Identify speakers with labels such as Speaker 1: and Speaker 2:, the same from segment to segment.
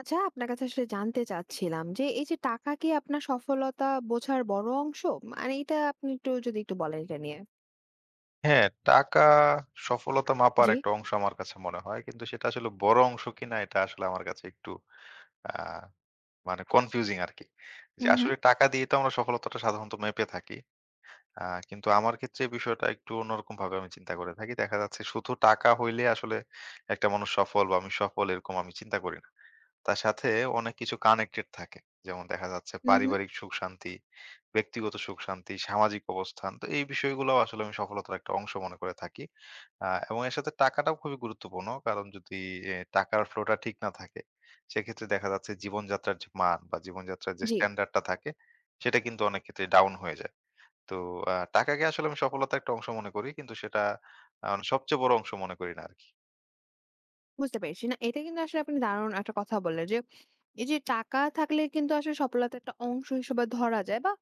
Speaker 1: আচ্ছা, আপনার কাছে আসলে জানতে চাচ্ছিলাম যে, এই যে টাকা কি আপনার সফলতা বোঝার বড় অংশ? মানে এটা আপনি যদি একটু বলেন এটা নিয়ে।
Speaker 2: হ্যাঁ, টাকা সফলতা মাপার
Speaker 1: জি।
Speaker 2: একটা অংশ আমার কাছে মনে হয়। কিন্তু সেটা আসলে বড় অংশ কিনা এটা আসলে আমার কাছে একটু আ মানে কনফিউজিং আরকি। যে
Speaker 1: হু, হু।
Speaker 2: আসলে টাকা দিয়ে তো আমরা সফলতাটা সাধারণত মেপে থাকি। আ কিন্তু আমার ক্ষেত্রে বিষয়টা একটু অন্যরকমভাবে আমি চিন্তা করে থাকি। দেখা যাচ্ছে শুধু টাকা হইলে আসলে একটা মানুষ সফল বা আমি সফল এরকম আমি চিন্তা করি না। তার সাথে অনেক কিছু কানেক্টেড থাকে। যেমন দেখা যাচ্ছে
Speaker 1: হু, হু।
Speaker 2: পারিবারিক সুখ-শান্তি, ব্যক্তিগত সুখ-শান্তি, সামাজিক অবস্থান। তো এই বিষয়গুলোও আসলে আমি সফলতার একটা অংশ মনে করে থাকি। এবং এর সাথে টাকাটাও খুবই গুরুত্বপূর্ণ। কারণ যদি টাকার ফ্লোটা ঠিক না থাকে, সেক্ষেত্রে দেখা যাচ্ছে জীবনযাত্রার যে মান বা জীবনযাত্রার যে
Speaker 1: জি,
Speaker 2: স্ট্যান্ডার্ডটা থাকে, সেটা কিন্তু অনেক ক্ষেত্রে ডাউন হয়ে যায়। তো টাকাকে আসলে আমি সফলতার একটা অংশ মনে করি। কিন্তু সেটা মানে সবচেয়ে বড় অংশ মনে করি না আরকি।
Speaker 1: বুঝতে পেরেছি। না, এটা কিন্তু আসলে আপনি দারুণ একটা কথা বললেন যে, এই যে টাকা থাকলে কিন্তু আসলে সফলতার একটা অংশ হিসেবে ধরা যায় বা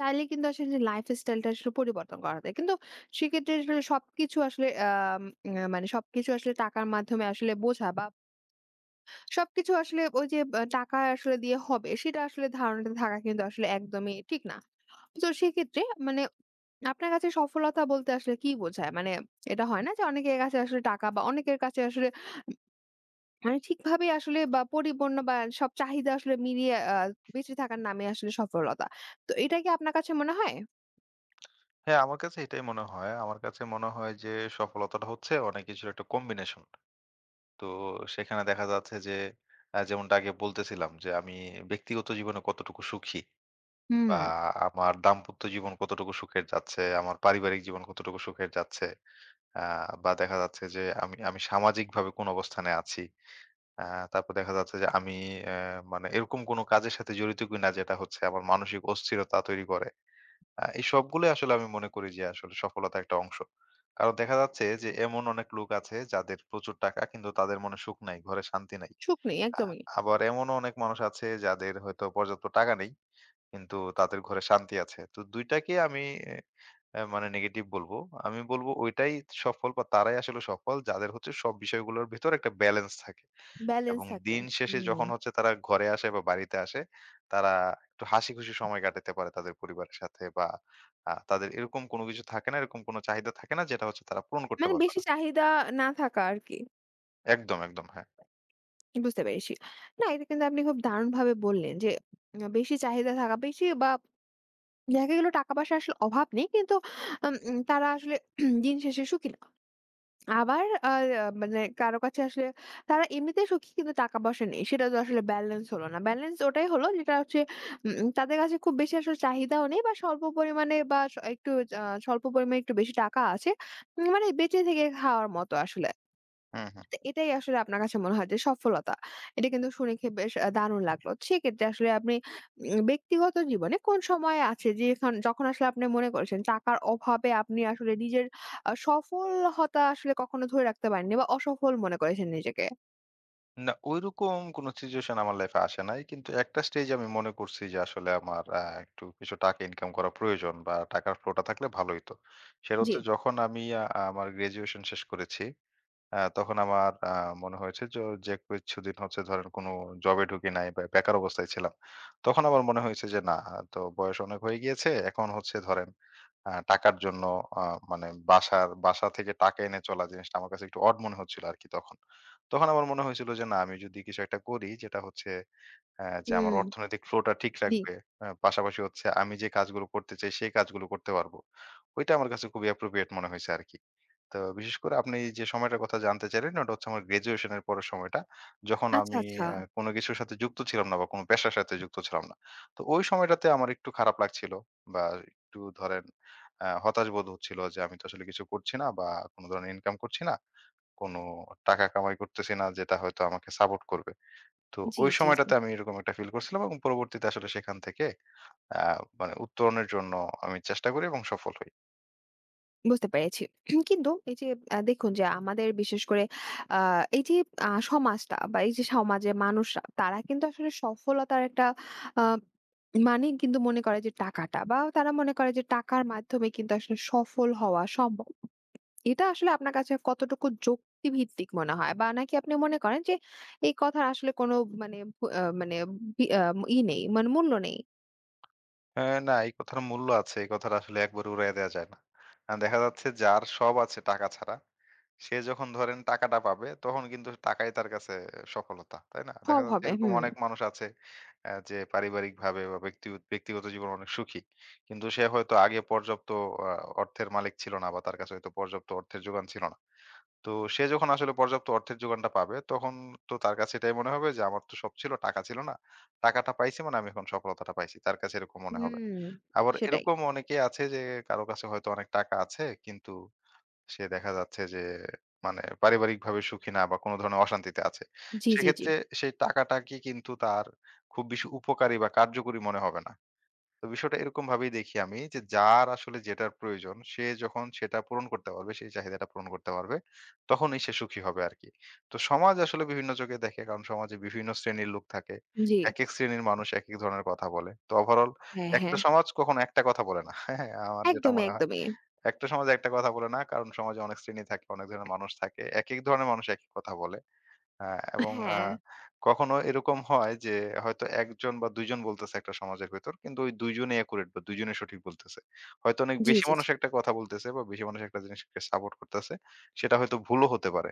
Speaker 1: চাইলে কিন্তু আসলে যে লাইফস্টাইলটা আসলে পরিবর্তন করা যায়। কিন্তু সেক্ষেত্রে আসলে সবকিছু আসলে আম আ মানে সবকিছু আসলে টাকার মাধ্যমে আসলে বোঝা বা সবকিছু আসলে ওই যে টাকা আসলে দিয়ে হবে সেটা আসলে ধারণাটা থাকা কিন্তু আসলে একদমই ঠিক না। তো সেক্ষেত্রে মানে আপনার কাছে সফলতা বলতে আসলে কি বোঝায়? মানে এটা হয় না যে অনেকের কাছে আসলে টাকা বা অনেকের কাছে আসলে মানে ঠিকভাবে আসলে বা পরিপূর্ণ বা সব চাহিদা আসলে মিলিয়ে বেঁচে থাকার নামে আসলে সফলতা। তো এটা কি আপনার কাছে মনে হয়?
Speaker 2: হ্যাঁ, আমার কাছে এটাই মনে হয়। আমার কাছে মনে হয় যে সফলতাটা হচ্ছে অনেক কিছুর একটা কম্বিনেশন। তো সেখানে দেখা যাচ্ছে যে যেমনটা আগে বলতেছিলাম যে আমি ব্যক্তিগত জীবনে কতটুকু সুখী
Speaker 1: হুম।
Speaker 2: বা আমার দাম্পত্য জীবন কতটুকু সুখের যাচ্ছে, আমার পারিবারিক জীবন কতটুকু সুখের যাচ্ছে, আ বা দেখা যাচ্ছে যে আমি আমি সামাজিকভাবে কোন অবস্থানে আছি। আ তারপর দেখা যাচ্ছে যে আমি অ্যা মানে এরকম কোনো কাজের সাথে জড়িত কিনা যেটা হচ্ছে আমার মানসিক অস্থিরতা তৈরি করে। এই সবগুলোই আসলে আমি মনে করি যে আসলে সফলতার একটা অংশ। কারণ দেখা যাচ্ছে যে এমন অনেক লোক আছে যাদের প্রচুর টাকা কিন্তু তাদের মনে সুখ নাই, ঘরে শান্তি নাই।
Speaker 1: সুখ নেই
Speaker 2: আ
Speaker 1: একদমই।
Speaker 2: আবার এমনও অনেক মানুষ আছে যাদের হয়তো পর্যাপ্ত টাকা নেই কিন্তু তাদের ঘরে শান্তি আছে। তো ২ টাকে আমি মানে নেগেটিভ বলবো। আমি বলব ওইটাই সফল বা তারাই আসলে সফল যাদের হচ্ছে সব বিষয়গুলোর ভেতর একটা ব্যালেন্স থাকে।
Speaker 1: ব্যালেন্স
Speaker 2: এবং
Speaker 1: থাকে।
Speaker 2: দিন শেষে
Speaker 1: হুম।
Speaker 2: যখন হচ্ছে তারা ঘরে আসে বা বাড়িতে আসে, তারা একটু হাসিখুশি সময় কাটাতে পারে তাদের পরিবারের সাথে বা তাদের এরকম কোনো কিছু থাকে না, এরকম কোনো চাহিদা থাকে না যেটা হচ্ছে তারা পূরণ করতে
Speaker 1: মানে
Speaker 2: পারবে
Speaker 1: বেশি
Speaker 2: না।
Speaker 1: চাহিদা না থাকা আরকি।
Speaker 2: একদম, একদম, হ্যাঁ।
Speaker 1: বুঝতে পেরেছি। না, এটা কিন্তু আপনি খুব দারুণভাবে বললেন যে বেশি চাহিদা থাকা, বেশি বা দেখা গেল টাকা পয়সার আসলে অভাব নেই। কিন্তু আম উম তারা আসলে দিন শেষে সুখী না। আবার মানে কারো কাছে আসলে তারা এমনিতেই সুখী কিন্তু টাকা পয়সা নেই। সেটা তো আসলে ব্যালেন্স হলো না। ব্যালেন্স ওটাই হলো যেটা হচ্ছে উম উম, তাদের কাছে খুব বেশি আসলে চাহিদাও নেই বা স্বল্প পরিমাণে বা স একটু আ স্বল্প পরিমাণে একটু বেশি টাকা আছে। মানে বেঁচে থেকে খাওয়ার মতো আসলে।
Speaker 2: হুম, হুম।
Speaker 1: তো এটাই আসলে আপনার কাছে মনে হয় যে সফলতা। এটা কিন্তু শুনে বেশ দারুণ লাগলো। সেক্ষেত্রে আসলে আপনি ব্যক্তিগত জীবনে কোন সময় আছে যখন আসলে আপনি মনে করেছেন টাকার অভাবে আপনি আসলে নিজের সফলহতা আসলে কখনো ধরে রাখতে পারেননি বা অসফল মনে করেছেন নিজেকে?
Speaker 2: না, ঐরকম কোনো সিচুয়েশন আমার লাইফে আসে নাই। কিন্তু একটা স্টেজ আমি মনে করছি যে আসলে আমার একটু কিছু টাকা ইনকাম করা প্রয়োজন বা টাকার ফ্লোটা থাকলে ভালো হইতো। সেটা
Speaker 1: জি।
Speaker 2: হচ্ছে যখন আমি আমার গ্র্যাজুয়েশন শেষ করেছি, তখন আমার মনে হয়েছে যে কিছুদিন হচ্ছে ধরেন কোনো জবে ঢুকি নাই বা বেকার অবস্থায় ছিলাম। তখন আমার মনে হয়েছে যে না, তো বয়স অনেক হয়ে গিয়েছে। এখন হচ্ছে ধরেন টাকার জন্য আ মানে বাসা থেকে টাকা এনে চলা জিনিসটা আমার কাছে একটু অড মনে হচ্ছিল আরকি তখন। তখন আমার মনে হয়েছিল যে না, আমি যদি কিছু একটা করি যেটা হচ্ছে যে আমার
Speaker 1: হুম,
Speaker 2: অর্থনৈতিক ফ্লোটা ঠিক
Speaker 1: জি।
Speaker 2: রাখবে। পাশাপাশি হচ্ছে আমি যে কাজগুলো করতে চাই সেই কাজগুলো করতে পারবো। ওইটা আমার কাছে খুবই অ্যাপ্রোপ্রিয়েট মনে হইছে আরকি। তো বিশেষ করে আপনি যে সময়টার কথা জানতে চাইলেন ওটা হচ্ছে আমার গ্র্যাজুয়েশনের পরের সময়টা। যখন
Speaker 1: আচ্ছা,
Speaker 2: আমি
Speaker 1: আচ্ছা।
Speaker 2: কোনো কিছুর সাথে যুক্ত ছিলাম না বা কোনো পেশার সাথে যুক্ত ছিলাম না। তো ওই সময়টাতে আমার একটু খারাপ লাগছিল বা একটু ধরেন হতাশ বোধ হচ্ছিল যে আমি তো আসলে কিছু করছি না বা কোনো ধরনের ইনকাম করছি না। কোনো টাকা কামাই করতেছি না যেটা হয়তো আমাকে সাপোর্ট করবে। তো
Speaker 1: জি,
Speaker 2: ওই
Speaker 1: জি, জি।
Speaker 2: সময়টাতে আমি এরকম একটা ফিল করছিলাম এবং পরবর্তীতে আসলে সেখান থেকে আ মানে উত্তরণের জন্য আমি চেষ্টা করি এবং সফল হই।
Speaker 1: বুঝতে পেরেছি। কিন্তু এই যে দেখুন যে আমাদের বিশেষ করে আ এই যে সমাজটা বা এই যে সমাজের মানুষরা তারা কিন্তু আসলে সফলতার একটা আ মানেই কিন্তু মনে করে যে টাকাটা বা তারা মনে করে যে টাকার মাধ্যমে কিন্তু আসলে সফল হওয়া সম্ভব। এটা আসলে আপনার কাছে কতটুকু যুক্তিভিত্তিক মনে হয়? বা নাকি আপনি মনে করেন যে এই কথার আসলে কোনো মানে ভু আ মানে বি আ ই নেই মানে মূল্য নেই।
Speaker 2: হ্যাঁ, না, এই কথার মূল্য আছে। এই কথাটা আসলে একবারে উড়াইয়া দেয়া যায় না। দেখা যাচ্ছে যার সব আছে টাকা ছাড়া, সে যখন ধরেন টাকাটা পাবে তখন কিন্তু টাকাই তার কাছে সফলতা। তাই না? দেখা
Speaker 1: সব
Speaker 2: যাচ্ছে
Speaker 1: হবে।
Speaker 2: এরকম
Speaker 1: হুম।
Speaker 2: অনেক মানুষ আছে যে পারিবারিকভাবে বা ব্যক্তিগত জীবনে অনেক সুখী। কিন্তু সে হয়তো আগে পর্যাপ্ত আ অর্থের মালিক ছিল না বা তার কাছে হয়তো পর্যাপ্ত অর্থের যোগান ছিল না। তো সে যখন আসলে পর্যাপ্ত অর্থের যোগানটা পাবে তখন তো তার কাছে এটাই মনে হবে যে আমার তো সব ছিল, টাকা ছিল না। টাকাটা পাইছি মানে আমি এখন সফলতাটা পাইছি। তার কাছে এরকম মনে
Speaker 1: হুম।
Speaker 2: হবে। আবার
Speaker 1: সেটাই।
Speaker 2: এরকম অনেকেই আছে যে কারো কাছে হয়তো অনেক টাকা আছে কিন্তু সে দেখা যাচ্ছে যে মানে পারিবারিকভাবে সুখী না বা কোনো ধরনের অশান্তিতে আছে।
Speaker 1: জি, জি, জি।
Speaker 2: সেক্ষেত্রে সেই টাকাটা কি কিন্তু তার খুব বেশি উপকারী বা কার্যকরী মনে হবে না। তো বিষয়টা এরকম ভাবেই দেখি আমি, যে যার আসলে যেটার প্রয়োজন সে যখন সেটা পূরণ করতে পারবে, সেই চাহিদাটা পূরণ করতে পারবে, তখনই সে সুখী হবে আর কি তো সমাজ আসলে বিভিন্ন চোখে দেখে, কারণ সমাজে বিভিন্ন শ্রেণীর লোক থাকে,
Speaker 1: জি।
Speaker 2: এক এক শ্রেণীর মানুষ এক এক ধরনের কথা বলে। তো ওভারঅল
Speaker 1: হ্যাঁ,
Speaker 2: একটা
Speaker 1: হ্যাঁ।
Speaker 2: সমাজ কখনো একটা কথা বলে না। হ্যাঁ, আমার যেটা
Speaker 1: একদমই,
Speaker 2: মনে হয়,
Speaker 1: একদমই।
Speaker 2: একটা সমাজ একটা কথা বলে না, কারণ সমাজে অনেক শ্রেণী থাকে, অনেক ধরনের মানুষ থাকে, এক এক ধরনের মানুষ এক এক কথা বলে। হ্যাঁ, এবং
Speaker 1: হ্যাঁ।
Speaker 2: কখনো এরকম হয় যে হয়তো ১ জন বা ২ জন বলতেছে একটা সমাজের ভেতর, কিন্তু ওই ২ জনই একুরেট বা ২ জনই সঠিক বলতেছে। হয়তো অনেক
Speaker 1: জি,
Speaker 2: বেশি
Speaker 1: জি,
Speaker 2: মানুষ
Speaker 1: জি।
Speaker 2: একটা কথা বলতেছে বা বেশি মানুষ একটা জিনিসকে সাপোর্ট করতেছে। সেটা হয়তো ভুলও হতে পারে।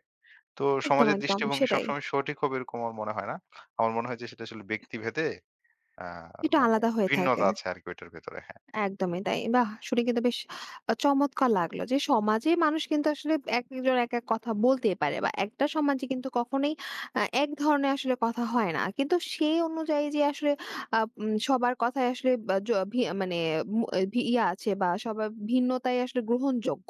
Speaker 2: তো
Speaker 1: একদম,
Speaker 2: সমাজের
Speaker 1: একদম
Speaker 2: দৃষ্টিভঙ্গি
Speaker 1: সেটাই।
Speaker 2: সবসময় সঠিক হবে এরকম আমার মনে হয় না। আমার মনে হয় যে সেটা আসলে ব্যক্তিভেদে আ
Speaker 1: একটু
Speaker 2: মানে
Speaker 1: আলাদা হয়ে থাকে।
Speaker 2: ভিন্নতা আছে আরকি ওইটার ভেতরে। হ্যাঁ।
Speaker 1: একদমই তাই। বাহ! শুনে কিন্তু বেশ চমৎকার লাগলো যে সমাজে মানুষ কিন্তু আসলে একেকজন একেক কথা বলতেই পারে বা একটা সমাজে কিন্তু কখনোই এক ধরনের আসলে কথা হয় না। কিন্তু সেই অনুযায়ী যে আসলে আ উম সবার কথাই আসলে বা জ ভি মানে মু আহ, ভি ইয়া আছে বা সবার ভিন্নতাই আসলে গ্রহণযোগ্য।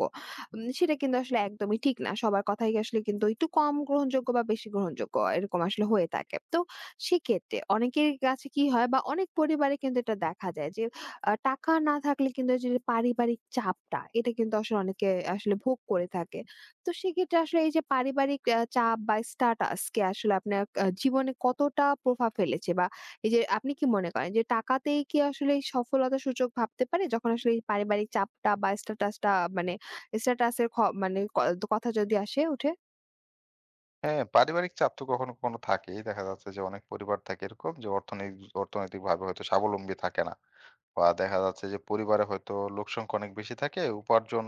Speaker 1: সেটা কিন্তু আসলে একদমই ঠিক না। সবার কথাই আসলে কিন্তু একটু কম গ্রহণযোগ্য বা বেশি গ্রহণযোগ্য এরকম আসলে হয়ে থাকে। তো সেক্ষেত্রে অনেকের কাছে কি হয় বা অনেক পরিবারে কিন্তু এটা দেখা যায় যে টাকা না থাকলে কিন্তু এই যে পারিবারিক চাপটা, এটা কিন্তু আসলে অনেকে আসলে ভোগ করে থাকে। তো সেক্ষেত্রে আসলে এই যে পারিবারিক চাপ বা স্ট্যাটাস কে আসলে আপনার জীবনে কতটা প্রভাব ফেলেছে? বা এই যে আপনি কি মনে করেন যে টাকাতেই কি আসলে সফলতার সূচক ভাবতে পারে? যখন আসলে এই পারিবারিক চাপটা বা স্ট্যাটাসটা মানে স্ট্যাটাস এর খ মানে ক কথা যদি আসে উঠে?
Speaker 2: হ্যাঁ, পারিবারিক চাপ তো কখনো, কখনো থাকেই। দেখা যাচ্ছে যে অনেক পরিবার থাকে এরকম যে অর্থনৈতিকভাবে হয়তো স্বাবলম্বী থাকে না। বা দেখা যাচ্ছে যে পরিবারে হয়তো লোকসংখ্যা অনেক বেশি থাকে, উপার্জন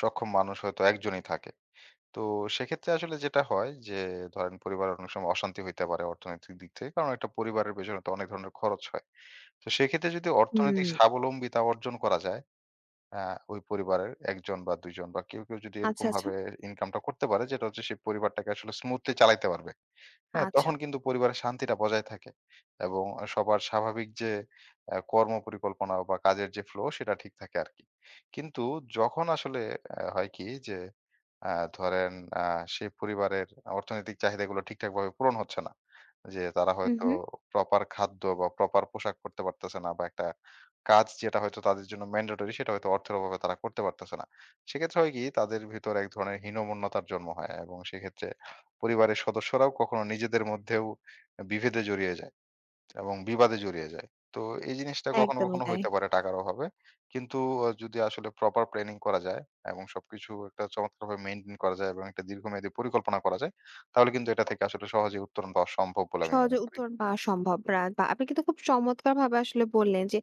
Speaker 2: সক্ষম মানুষ হয়তো একজনই থাকে। তো সেক্ষেত্রে আসলে যেটা হয় যে ধরেন পরিবারে অনেক সময় অশান্তি হইতে পারে অর্থনৈতিক দিক থেকে। কারণ একটা পরিবারের পেছনে তো অনেক ধরনের খরচ হয়। তো সেক্ষেত্রে যদি
Speaker 1: হুম,
Speaker 2: অর্থনৈতিক স্বাবলম্বিতা অর্জন করা যায়, আ ওই পরিবারের ১ জন বা ২ জন বা কেউ, কেউ যদি
Speaker 1: আচ্ছা, আচ্ছা।
Speaker 2: এরকমভাবে ইনকামটা করতে পারে যেটা হচ্ছে সেই পরিবারটাকে আসলে স্মুথলি চালাইতে পারবে। হ্যাঁ,
Speaker 1: আচ্ছা।
Speaker 2: তখন কিন্তু পরিবারের শান্তিটা বজায় থাকে। এবং সবার স্বাভাবিক যে কর্ম পরিকল্পনা বা কাজের যে ফ্লো সেটা ঠিক থাকে আরকি। কিন্তু যখন আসলে হয় কি যে আ ধরেন আ সেই পরিবারের অর্থনৈতিক চাহিদাগুলো ঠিকঠাকভাবে পূরণ হচ্ছে না। যে তারা
Speaker 1: হুম,
Speaker 2: হয়তো
Speaker 1: হুম।
Speaker 2: প্রপার খাদ্য বা প্রপার পোশাক পরতে পারতেছে না, বা একটা কাজ যেটা হয়তো তাদের জন্য ম্যান্ডেটরি সেটা হয়তো অর্থের অভাবে তারা করতে পারতেছে না। সেক্ষেত্রে হয় কি তাদের ভিতর এক ধরনের হীনমন্যতার জন্ম হয় এবং সেক্ষেত্রে পরিবারের সদস্যরাও কখনো নিজেদের মধ্যেও বিভেদে জড়িয়ে যায় এবং বিবাদে জড়িয়ে যায়। তো এই জিনিসটা কখনো,
Speaker 1: একদমই
Speaker 2: কখনো
Speaker 1: তাই।
Speaker 2: হইতে পারে টাকার অভাবে। কিন্তু যদি আসলে প্রপার প্ল্যানিং করা যায় এবং সবকিছু একটা চমৎকারভাবে মেইনটেইন করা যায় এবং একটা দীর্ঘমেয়াদী পরিকল্পনা করা যায়, তাহলে কিন্তু এটা থেকে আসলে সহজেই উত্তরণ পাওয়া সম্ভব বলে আমি মনে
Speaker 1: সহজে
Speaker 2: করি।
Speaker 1: উত্তর পাওয়া সম্ভব না বা আপনি কিন্তু খুব চমৎকার ভাবে আসলে বললেন যে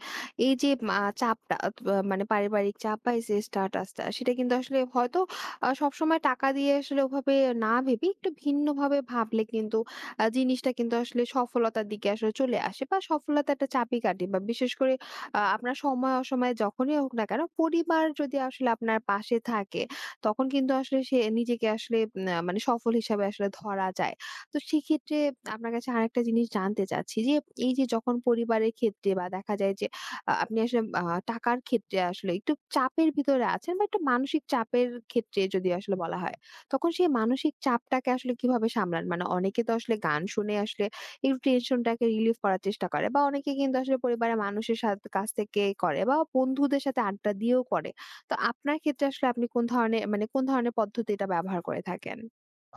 Speaker 1: এই যে চাপটা অথবা মানে পারিবারিক চাপ বা এই যে স্ট্যাটাসটা সেটা কিন্তু আসলে হয়তো সবসময় টাকা দিয়ে আসলে ওভাবে না ভেবে একটু ভিন্নভাবে ভাবলে কিন্তু জিনিসটা কিন্তু আসলে সফলতার দিকে আসলে চলে আসে বা সফলতা একটা চাবিকাঠি বা বিশেষ করে আপনার সময় অসময়ে যখনই হোক না কেন পরিবার যদি আসলে আপনার পাশে থাকে তখন কিন্তু আসলে সে নিজেকে আসলে উম, আ মানে সফল হিসাবে আসলে ধরা যায়। তো সেক্ষেত্রে আপনার কাছে আরেকটা জিনিস জানতে চাচ্ছি যে, এই যে যখন পরিবারের ক্ষেত্রে বা দেখা যায় যে আপনি আসলে টাকার ক্ষেত্রে আসলে একটু চাপের ভিতরে আছেন বা একটু মানসিক চাপের ক্ষেত্রে যদি আসলে বলা হয়, তখন সেই মানসিক চাপটাকে আসলে কিভাবে সামলান? মানে অনেকে তো আসলে গান শুনে আসলে একটু টেনশনটাকে রিলিফ করার চেষ্টা করে বা অনেকে কিন্তু আসলে পরিবারের মানুষের কাছ থেকে করে বা বন্ধুদের সাথে আড্ডা দিয়েও করে। তো আপনার ক্ষেত্রে আসলে আপনি কোন ধরনের পদ্ধতিটা ব্যবহার করে থাকেন?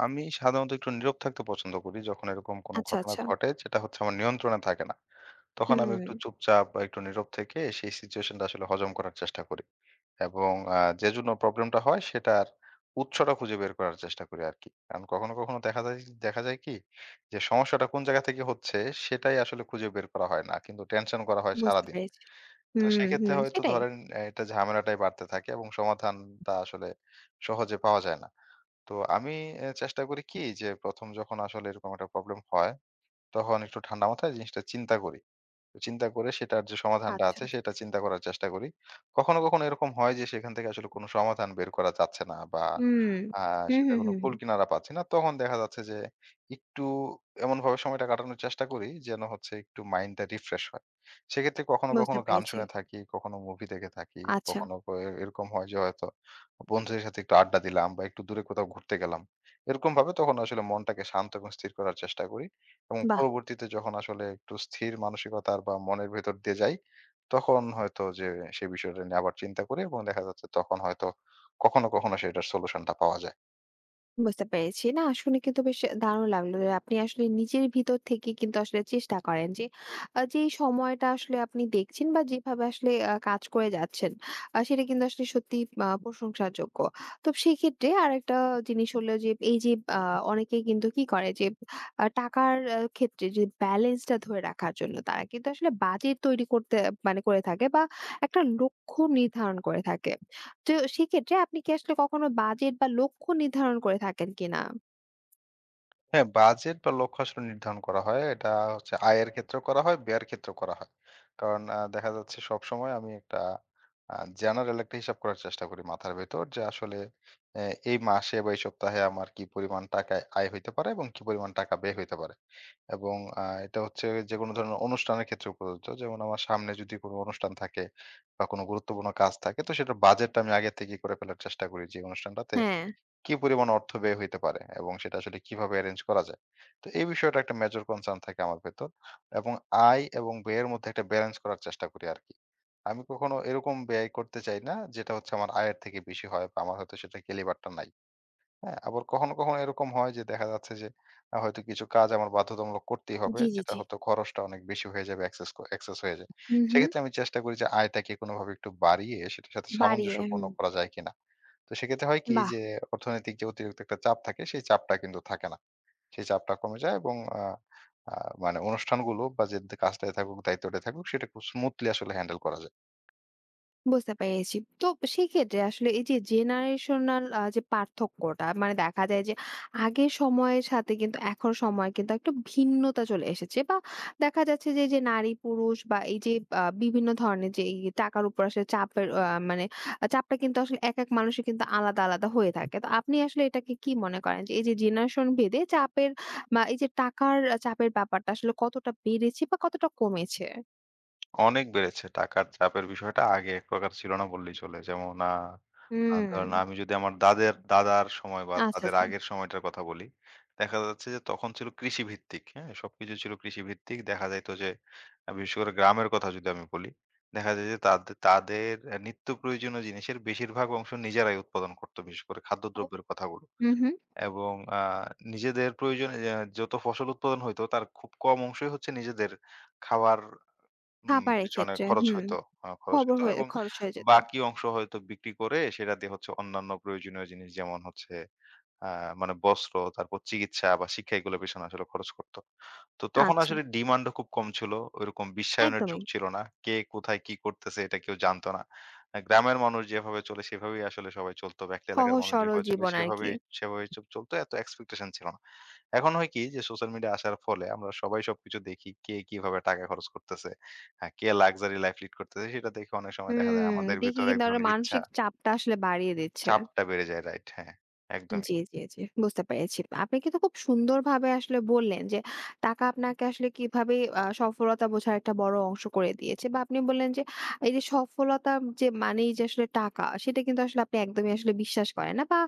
Speaker 2: আমি সাধারণত একটু নীরব থাকতে পছন্দ করি যখন এরকম কোনো
Speaker 1: আচ্ছা,
Speaker 2: ঘটনা
Speaker 1: আচ্ছা।
Speaker 2: ঘটে যেটা হচ্ছে আমার নিয়ন্ত্রণে থাকে না। তখন আমি একটু
Speaker 1: হুম।
Speaker 2: চুপচাপ বা একটু নীরব থেকে সেই সিচুয়েশনটা আসলে হজম করার চেষ্টা করি। এবং যে জন্য প্রবলেমটা হয় সেটার উৎসটা খুঁজে বের করার চেষ্টা করি আরকি। কারণ কখনো, কখনো দেখা যায় কি যে সমস্যাটা কোন জায়গা থেকে হচ্ছে সেটাই আসলে খুঁজে বের করা হয় না। কিন্তু টেনশন করা হয়
Speaker 1: বুঝতে
Speaker 2: সারাদিন।
Speaker 1: পেরেছি।
Speaker 2: তো
Speaker 1: হুম,
Speaker 2: সেক্ষেত্রে
Speaker 1: হুম,
Speaker 2: হয়তো
Speaker 1: সেটাই।
Speaker 2: ধরেন এটা ঝামেলাটাই বাড়তে থাকে এবং সমাধানটা আসলে সহজে পাওয়া যায় না। তো আমি চেষ্টা করি কি যে ১ম যখন আসলে এরকম একটা প্রবলেম হয় তখন একটু ঠান্ডা মাথায় জিনিসটা চিন্তা করি। চিন্তা করে সেটার যে সমাধানটা
Speaker 1: আচ্ছা।
Speaker 2: আছে সেটা চিন্তা করার চেষ্টা করি। কখনো, কখনো এরকম হয় যে সেখান থেকে আসলে কোনো সমাধান বের করা যাচ্ছে না বা
Speaker 1: হুম।
Speaker 2: আ
Speaker 1: হুম,
Speaker 2: সেটা
Speaker 1: হুম,
Speaker 2: কোনো
Speaker 1: হুম, হুম।
Speaker 2: কুলকিনারা পাচ্ছি না। তখন দেখা যাচ্ছে যে একটু এমনভাবে সময়টা কাটানোর চেষ্টা করি যেন হচ্ছে একটু মাইন্ডটা রিফ্রেশ হয়। সেক্ষেত্রে কখনো,
Speaker 1: বুঝতে
Speaker 2: কখনো গান
Speaker 1: পেরেছি।
Speaker 2: শুনে থাকি, কখনো মুভি দেখে থাকি,
Speaker 1: আচ্ছা,
Speaker 2: কখনো এরকম হয় যে হয়তো বন্ধুদের সাথে একটু আড্ডা দিলাম বা একটু দূরে কোথাও ঘুরতে গেলাম। এরকমভাবে তখন আসলে মনটাকে শান্ত এবং স্থির করার চেষ্টা করি। এবং
Speaker 1: বাহ!
Speaker 2: পরবর্তীতে যখন আসলে একটু স্থির মানসিকতার বা মনের ভেতর দিয়ে যাই, তখন হয়তো যে সেই বিষয়টা নিয়ে আবার চিন্তা করি এবং দেখা যাচ্ছে তখন হয়তো কখনো, কখনো সেটার সলিউশনটা পাওয়া যায়।
Speaker 1: বুঝতে পেরেছি। না শুনে কিন্তু বেশ দারুণ লাগলো যে আপনি আসলে নিজের ভিতর থেকে কিন্তু আসলে চেষ্টা করেন যে যেই সময়টা আসলে আপনি দেখছেন বা যেভাবে আসলে কাজ করে যাচ্ছেন সেটা কিন্তু আসলে সত্যিই প্রশংসাযোগ্য। তো সেক্ষেত্রে আরেকটা জিনিস হলো যে এই যে আ অনেকেই কিন্তু কি করে যে টাকার ক্ষেত্রে যে ব্যালেন্সটা ধরে রাখার জন্য তারা কিন্তু আসলে বাজেট তৈরি করতে মানে করে থাকে বা একটা লক্ষ্য নির্ধারণ করে থাকে। তো সেক্ষেত্রে আপনি কি আসলে কখনো বাজেট বা লক্ষ্য নির্ধারণ করে থাকেন কিনা?
Speaker 2: হ্যাঁ, বাজেট বা লক্ষ্য আসলে নির্ধারণ করা হয়। এটা হচ্ছে আয়ের ক্ষেত্রেও করা হয়, ব্যয়ের ক্ষেত্রেও করা হয়। কারণ দেখা যাচ্ছে সবসময় আমি একটা আ জেনারেল একটা হিসাব করার চেষ্টা করি মাথার ভেতর যে আসলে অ্যা এই মাসে বা এই সপ্তাহে আমার কি পরিমাণ টাকা আয় হইতে পারে এবং কি পরিমাণ টাকা ব্যয় হইতে পারে। এবং এটা হচ্ছে যেকোনো ধরনের অনুষ্ঠানের ক্ষেত্রে প্রযোজ্য। যেমন আমার সামনে যদি কোনো অনুষ্ঠান থাকে বা কোনো গুরুত্বপূর্ণ কাজ থাকে তো সেটার বাজেটটা আমি আগে থেকেই করে ফেলার চেষ্টা করি যে অনুষ্ঠানটাতে
Speaker 1: হ্যাঁ।
Speaker 2: কি পরিমাণ অর্থ ব্যয় হইতে পারে এবং সেটা আসলে কিভাবে এরেঞ্জ করা যায়। তো এই বিষয়টা একটা মেজর কনসার্ন থাকে আমার ভেতর এবং আয় এবং ব্যয়ের মধ্যে একটা ব্যালেন্স করার চেষ্টা করি আরকি। আমি কখনো এরকম ব্যয় করতে চাই না যেটা হচ্ছে আমার আয়ের থেকে বেশি হয় বা আমার হয়তো সেটা গেলিবারটা নাই। হ্যাঁ, আবার কখনো, কখনো এরকম হয় যে দেখা যাচ্ছে যে হয়তো কিছু কাজ আমার বাধ্যতামূলক করতেই হবে।
Speaker 1: জি, জি,
Speaker 2: যেটা
Speaker 1: জি।
Speaker 2: হয়তো খরচটা অনেক বেশি হয়ে যাবে, এক্সেস এক্সেস হয়ে যায়।
Speaker 1: হু, হু।
Speaker 2: সেক্ষেত্রে আমি চেষ্টা করি যে আয়টাকে কোনোভাবে একটু বাড়িয়ে সেটার সাথে
Speaker 1: বাড়িয়ে,
Speaker 2: সামঞ্জস্যপূর্ণ
Speaker 1: হুম।
Speaker 2: করা যায় কিনা। তো সেক্ষেত্রে হয় কি
Speaker 1: বাহ!
Speaker 2: যে অর্থনৈতিক যে অতিরিক্ত একটা চাপ থাকে সেই চাপটা কিন্তু থাকে না। সেই চাপটা কমে যায় এবং আ আ মানে অনুষ্ঠানগুলো বা যে কাজটাই থাকুক, দায়িত্বটাই থাকুক সেটা খুব স্মুথলি আসলে হ্যান্ডেল করা যায়।
Speaker 1: বুঝতে পেরেছি। তো সেক্ষেত্রে আসলে এই যে জেনারেশনাল যে পার্থক্যটা মানে দেখা যায় যে আগের সময়ের সাথে কিন্তু এখন সময় কিন্তু একটা ভিন্নতা চলে এসেছে বা দেখা যাচ্ছে যে, যে নারী পুরুষ বা এই যে বিভিন্ন ধরনের যে এই টাকার উপর আসলে চাপের মানে চাপটা কিন্তু আসলে একেক মানুষের কিন্তু আলাদা, আলাদা হয়ে থাকে। তো আপনি আসলে এটাকে কি মনে করেন যে এই যে জেনারেশন ভেদে চাপের বা এই যে টাকার চাপের ব্যাপারটা আসলে কতটা বেড়েছে বা কতটা কমেছে?
Speaker 2: অনেক বেড়েছে। টাকার চাপের বিষয়টা আগে এক প্রকার ছিল না বললেই চলে। যেমন আ আ
Speaker 1: হুম।
Speaker 2: ধরেন আমি যদি আমার দাদের দাদার সময় বা
Speaker 1: আচ্ছা,
Speaker 2: তাদের
Speaker 1: আচ্ছা।
Speaker 2: আগের সময়টার কথা বলি, দেখা যাচ্ছে যে তখন ছিল কৃষিভিত্তিক, হ্যাঁ? সবকিছু ছিল কৃষিভিত্তিক। দেখা যাইত যে বিশেষ করে গ্রামের কথা যদি আমি বলি, দেখা যায় যে তাদের নিত্য প্রয়োজনীয় জিনিসের বেশিরভাগ অংশ নিজেরাই উৎপাদন করত, বিশেষ করে
Speaker 1: ও।
Speaker 2: খাদ্যদ্রব্যের কথাগুলো।
Speaker 1: হুম, হুম।
Speaker 2: এবং নিজেদের প্রয়োজনে যত ফসল উৎপাদন হইতো তার খুব কম অংশই হচ্ছে নিজেদের খাবার
Speaker 1: খাবারের
Speaker 2: পিছনে
Speaker 1: ক্ষেত্রে,
Speaker 2: খরচ
Speaker 1: হুম।
Speaker 2: হইতো। খরচ
Speaker 1: খবর
Speaker 2: হইতো
Speaker 1: হয়ে
Speaker 2: এবং
Speaker 1: খরচ হয়ে যেত।
Speaker 2: বাকি অংশ হয়তো বিক্রি করে সেটা দিয়ে হচ্ছে অন্যান্য প্রয়োজনীয় জিনিস যেমন হচ্ছে আ মানে বস্ত্র, তারপর চিকিৎসা বা শিক্ষা, এগুলোর পেছনে আসলে খরচ করত। তো তখন
Speaker 1: আচ্ছা,
Speaker 2: আসলে ডিমান্ডও খুব কম ছিল। ওইরকম বিশ্বায়নের যুগ
Speaker 1: একদমই।
Speaker 2: ছিল না। কে কোথায় কি করতেছে এটা কেউ জানত না। গ্রামের মানুষ যেভাবে চলে সেভাবেই আসলে সবাই চলত বা একটা এলাকার
Speaker 1: সহজ
Speaker 2: মানুষ
Speaker 1: সরল
Speaker 2: যেভাবে চলে
Speaker 1: জীবন আরকি।
Speaker 2: সেভাবেই সেভাবেই চলত। এত এক্সপেকটেশন ছিল না। এখন হয় কি যে সোশ্যাল মিডিয়া আসার ফলে আমরা সবাই সবকিছু দেখি। কে কিভাবে টাকা খরচ করতেছে। হ্যাঁ, কে লাক্সারি লাইফ লিড করতেছে, সেটা দেখে অনেক সময় দেখা যায়
Speaker 1: হুম,
Speaker 2: আমাদের
Speaker 1: দেখি
Speaker 2: ভেতরে এক
Speaker 1: কিন্তু আরো
Speaker 2: ধরনের ইচ্ছা,
Speaker 1: মানসিক চাপটা আসলে বাড়িয়ে দিচ্ছে।
Speaker 2: চাপটা বেড়ে যায়, রাইট। হ্যাঁ, একদমই।
Speaker 1: জি, জি, জি। বুঝতে পেরেছি। আপনি কিন্তু খুব সুন্দরভাবে আসলে বললেন যে, টাকা আপনাকে আসলে কিভাবে সফলতা বোঝার একটা বড় অংশ করে দিয়েছে বা আপনি বললেন যে, এই যে সফলতা যে মানেই যে আসলে টাকা, সেটা কিন্তু আসলে আপনি একদমই আসলে বিশ্বাস করেন না বা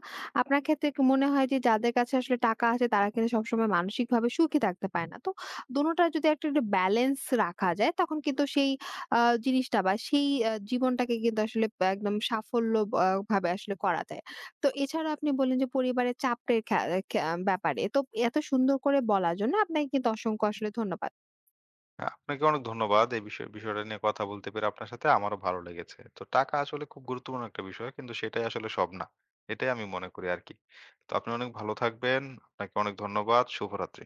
Speaker 1: আপনার ক্ষেত্রে মনে হয় যে যাদের কাছে আসলে টাকা আছে তারা কিন্তু সবসময় মানসিকভাবে সুখী থাকতে পারে না। তো দোনোটার যদি একটা একটু ব্যালেন্স রাখা যায় তখন কিন্তু সেই আ জিনিসটা বা সেই জীবনটাকে কিন্তু আসলে একদম সাফল্য ভাবে আসলে করা যায়। তো এছাড়া আপনি বললেন যে পরিবারের চাপের খা খা ব্যাপারে। তো এত সুন্দর করে বলার জন্য আপনাকে কিন্তু অসংখ্য আসলে ধন্যবাদ।
Speaker 2: আপনাকে অনেক ধন্যবাদ। এই বিষয়টা নিয়ে কথা বলতে পেরে আপনার সাথে আমারও ভালো লেগেছে। তো টাকা আসলে খুব গুরুত্বপূর্ণ একটা বিষয়, কিন্তু সেটাই আসলে সব না। এটাই আমি মনে করি আরকি। তো আপনি অনেক ভালো থাকবেন। আপনাকে অনেক ধন্যবাদ। শুভরাত্রি।